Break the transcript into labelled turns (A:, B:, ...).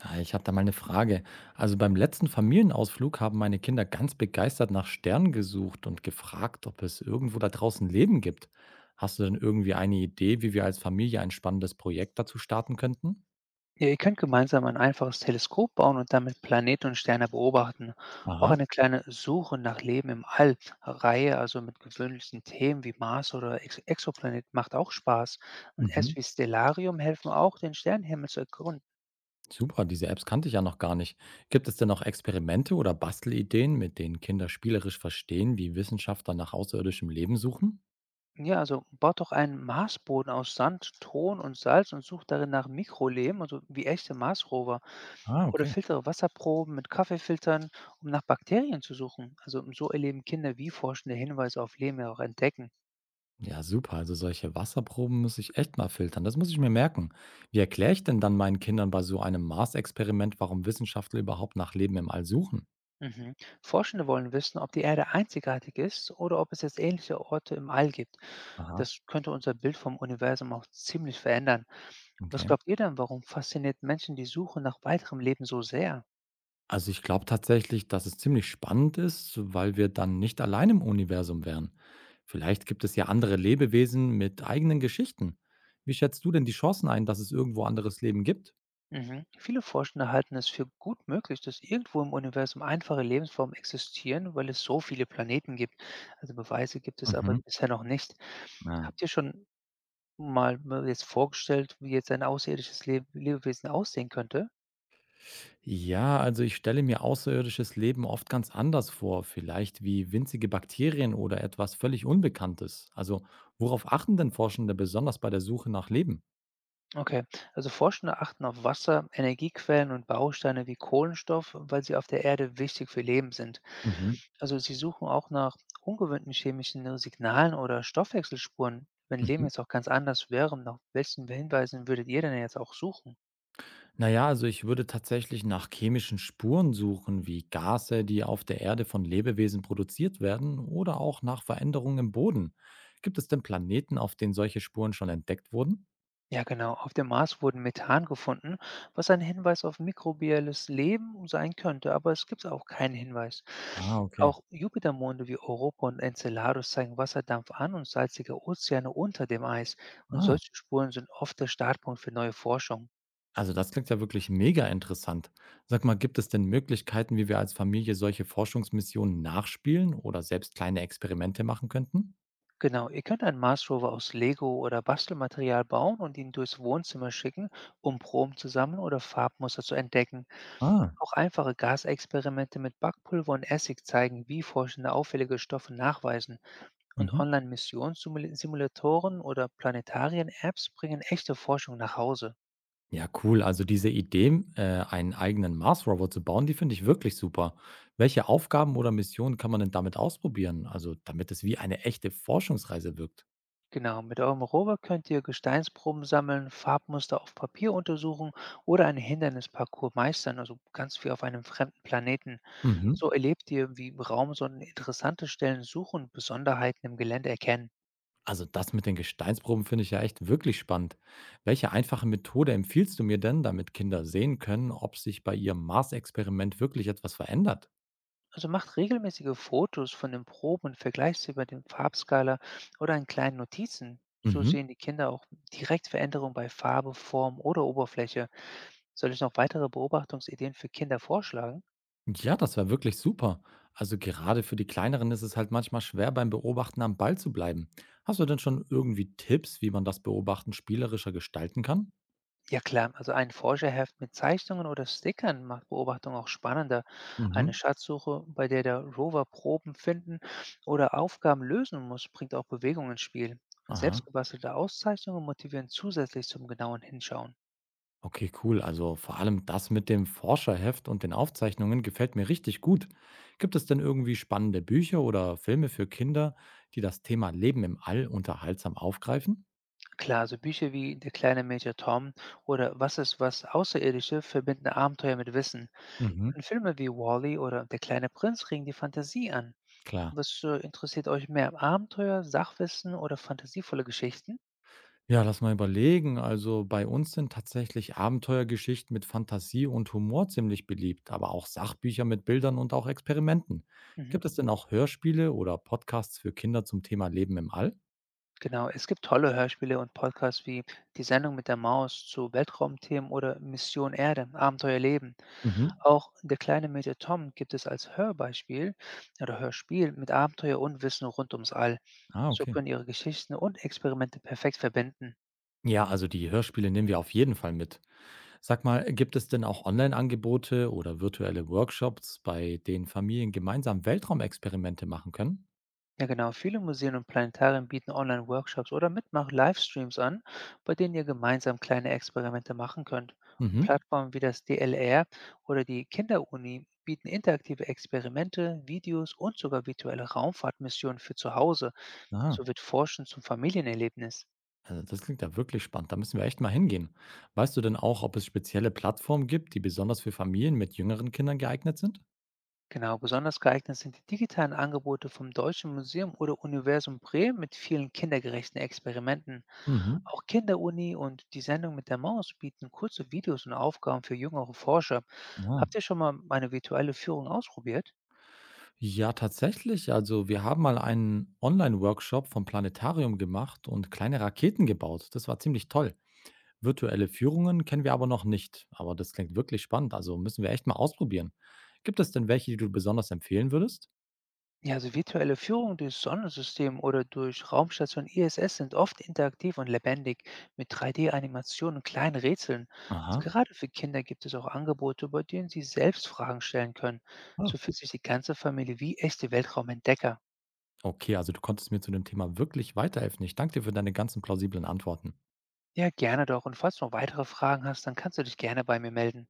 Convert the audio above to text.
A: Ich habe da mal eine Frage. Also beim letzten Familienausflug haben meine Kinder ganz begeistert nach Sternen gesucht und gefragt, ob es irgendwo da draußen Leben gibt. Hast du denn irgendwie eine Idee, wie wir als Familie ein spannendes Projekt dazu starten könnten?
B: Ja, ihr könnt gemeinsam ein einfaches Teleskop bauen und damit Planeten und Sterne beobachten. Auch
A: Aha.
B: eine kleine Suche nach Leben im All, Reihe also mit gewöhnlichen Themen wie Mars oder Ex Exoplanet macht auch Spaß. Und Apps
A: Mhm.
B: wie Stellarium helfen auch, den Sternenhimmel zu erkunden.
A: Super, diese Apps kannte ich ja noch gar nicht. Gibt es denn noch Experimente oder Bastelideen, mit denen Kinder spielerisch verstehen, wie Wissenschaftler nach außerirdischem Leben suchen?
B: Ja, also baut doch einen Marsboden aus Sand, Ton und Salz und sucht darin nach Mikroleben, also wie echte Marsrover.
A: Ah,
B: Oder
A: okay.
B: filtere Wasserproben mit Kaffeefiltern, um nach Bakterien zu suchen. Also so erleben Kinder, wie forschende Hinweise auf Leben ja auch entdecken.
A: Ja, super. Also solche Wasserproben muss ich echt mal filtern. Das muss ich mir merken. Wie erkläre ich denn dann meinen Kindern bei so einem Mars-Experiment, warum Wissenschaftler überhaupt nach Leben im All suchen?
B: Mhm. Forschende wollen wissen, ob die Erde einzigartig ist oder ob es jetzt ähnliche Orte im All gibt.
A: Aha.
B: Das könnte unser Bild vom Universum auch ziemlich verändern. Was
A: Okay.
B: glaubt ihr denn, warum fasziniert Menschen die Suche nach weiterem Leben so sehr?
A: Also ich glaube tatsächlich, dass es ziemlich spannend ist, so weil wir dann nicht allein im Universum wären. Vielleicht gibt es ja andere Lebewesen mit eigenen Geschichten. Wie schätzt du denn die Chancen ein, dass es irgendwo anderes Leben gibt?
B: Mhm. Viele Forschende halten es für gut möglich, dass irgendwo im Universum einfache Lebensformen existieren, weil es so viele Planeten gibt. Also Beweise gibt es aber
A: Mhm.
B: bisher noch nicht.
A: Ja.
B: Habt ihr schon mal mir jetzt vorgestellt, wie jetzt ein außerirdisches Le Lebewesen aussehen könnte?
A: Ja, also ich stelle mir außerirdisches Leben oft ganz anders vor, vielleicht wie winzige Bakterien oder etwas völlig Unbekanntes. Also worauf achten denn Forschende besonders bei der Suche nach Leben?
B: Okay, also Forschende achten auf Wasser, Energiequellen und Bausteine wie Kohlenstoff, weil sie auf der Erde wichtig für Leben sind.
A: Mhm.
B: Also sie suchen auch nach ungewöhnten chemischen Signalen oder Stoffwechselspuren. Wenn Leben
A: Mhm.
B: jetzt auch ganz anders wäre, nach welchen Hinweisen würdet ihr denn jetzt auch suchen?
A: Naja, also ich würde tatsächlich nach chemischen Spuren suchen, wie Gase, die auf der Erde von Lebewesen produziert werden, oder auch nach Veränderungen im Boden. Gibt es denn Planeten, auf denen solche Spuren schon entdeckt wurden?
B: Ja, genau. Auf dem Mars wurden Methan gefunden, was ein Hinweis auf mikrobielles Leben sein könnte, aber es gibt auch keinen Hinweis.
A: Ah, okay.
B: Auch Jupitermonde wie Europa und Enceladus zeigen Wasserdampf an und salzige Ozeane unter dem Eis. Und
A: Ah,
B: solche Spuren sind oft der Startpunkt für neue Forschung.
A: Also das klingt ja wirklich mega interessant. Sag mal, gibt es denn Möglichkeiten, wie wir als Familie solche Forschungsmissionen nachspielen oder selbst kleine Experimente machen könnten?
B: Genau, ihr könnt einen Mars Rover aus Lego oder Bastelmaterial bauen und ihn durchs Wohnzimmer schicken, um Proben zu sammeln oder Farbmuster zu entdecken.
A: Ah,
B: Auch einfache Gasexperimente mit Backpulver und Essig zeigen, wie Forschende auffällige Stoffe nachweisen. Und
A: mhm.
B: Online-Missionssimulatoren oder Planetarien-Apps bringen echte Forschung nach Hause.
A: Ja, cool. Also diese Idee, einen eigenen Mars-Rover zu bauen, die finde ich wirklich super. Welche Aufgaben oder Missionen kann man denn damit ausprobieren? Also damit es wie eine echte Forschungsreise wirkt.
B: Genau, mit eurem Rover könnt ihr Gesteinsproben sammeln, Farbmuster auf Papier untersuchen oder einen Hindernisparcours meistern, also ganz wie auf einem fremden Planeten.
A: Mhm.
B: So erlebt ihr, wie im Raum so ein- interessante Stellen suchen und Besonderheiten im Gelände erkennen.
A: Also das mit den Gesteinsproben finde ich ja echt wirklich spannend. Welche einfache Methode empfiehlst du mir denn, damit Kinder sehen können, ob sich bei ihrem Mars-Experiment wirklich etwas verändert?
B: Also macht regelmäßige Fotos von den Proben und vergleicht sie über den Farbskala oder in kleinen Notizen. So
A: Mhm.
B: sehen die Kinder auch direkt Veränderungen bei Farbe, Form oder Oberfläche. Soll ich noch weitere Beobachtungsideen für Kinder vorschlagen?
A: Ja, das wäre wirklich super. Also gerade für die Kleineren ist es halt manchmal schwer, beim Beobachten am Ball zu bleiben. Hast du denn schon irgendwie Tipps, wie man das Beobachten spielerischer gestalten kann?
B: Ja klar, also ein Forscherheft mit Zeichnungen oder Stickern macht Beobachtungen auch spannender.
A: Mhm.
B: Eine Schatzsuche, bei der der Rover Proben finden oder Aufgaben lösen muss, bringt auch Bewegung ins Spiel. Und
A: Aha.
B: selbstgebastelte Auszeichnungen motivieren zusätzlich zum genauen Hinschauen.
A: Okay, cool. Also vor allem das mit dem Forscherheft und den Aufzeichnungen gefällt mir richtig gut. Gibt es denn irgendwie spannende Bücher oder Filme für Kinder, die das Thema Leben im All unterhaltsam aufgreifen?
B: Klar, so Bücher wie Der kleine Major Tom oder Was ist was Außerirdische verbinden Abenteuer mit Wissen.
A: Mhm,
B: Und Filme wie Wall-E oder Der kleine Prinz regen die Fantasie an.
A: klar.
B: Was interessiert euch mehr? Abenteuer, Sachwissen oder fantasievolle Geschichten?
A: Ja, lass mal überlegen. Also bei uns sind tatsächlich Abenteuergeschichten mit Fantasie und Humor ziemlich beliebt, aber auch Sachbücher mit Bildern und auch Experimenten. Gibt
B: Mhm.
A: es denn auch Hörspiele oder Podcasts für Kinder zum Thema Leben im All?
B: Genau, es gibt tolle Hörspiele und Podcasts wie Die Sendung mit der Maus zu Weltraumthemen oder Mission Erde, Abenteuer Leben.
A: Mhm.
B: Auch Der kleine Meteor Tom gibt es als Hörbeispiel oder Hörspiel mit Abenteuer und Wissen rund ums All.
A: Ah,
B: So
A: okay.
B: können ihre Geschichten und Experimente perfekt verbinden.
A: Ja, also die Hörspiele nehmen wir auf jeden Fall mit. Sag mal, gibt es denn auch Online-Angebote oder virtuelle Workshops, bei denen Familien gemeinsam Weltraumexperimente machen können?
B: Ja, genau. Viele Museen und Planetarien bieten Online-Workshops oder Mitmach-Livestreams an, bei denen ihr gemeinsam kleine Experimente machen könnt. Und
A: Mhm.
B: Plattformen wie das DLR oder die Kinderuni bieten interaktive Experimente, Videos und sogar virtuelle Raumfahrtmissionen für zu Hause.
A: Ah,
B: So wird Forschen zum Familienerlebnis.
A: also das klingt ja wirklich spannend. Da müssen wir echt mal hingehen. Weißt du denn auch, ob es spezielle Plattformen gibt, die besonders für Familien mit jüngeren Kindern geeignet sind?
B: Genau, besonders geeignet sind die digitalen Angebote vom Deutschen Museum oder Universum Bremen mit vielen kindergerechten Experimenten.
A: Mhm.
B: Auch Kinderuni und die Sendung mit der Maus bieten kurze Videos und Aufgaben für jüngere Forscher.
A: Ja.
B: Habt ihr schon mal eine virtuelle Führung ausprobiert?
A: Ja, tatsächlich. Also wir haben mal einen Online-Workshop vom Planetarium gemacht und kleine Raketen gebaut. Das war ziemlich toll. Virtuelle Führungen kennen wir aber noch nicht, aber das klingt wirklich spannend, also müssen wir echt mal ausprobieren. Gibt es denn welche, die du besonders empfehlen würdest?
B: Ja, also virtuelle Führung durch Sonnensystem oder durch Raumstation ISS sind oft interaktiv und lebendig mit 3D-Animationen und kleinen Rätseln. Also
A: Aha.
B: gerade für Kinder gibt es auch Angebote, bei denen sie selbst Fragen stellen können. So
A: Ah.
B: fühlt sich die ganze Familie wie echte Weltraumentdecker.
A: Okay, also du konntest mir zu dem Thema wirklich weiterhelfen. Ich danke dir für deine ganzen plausiblen Antworten.
B: Ja, gerne doch. Und falls du noch weitere Fragen hast, dann kannst du dich gerne bei mir melden.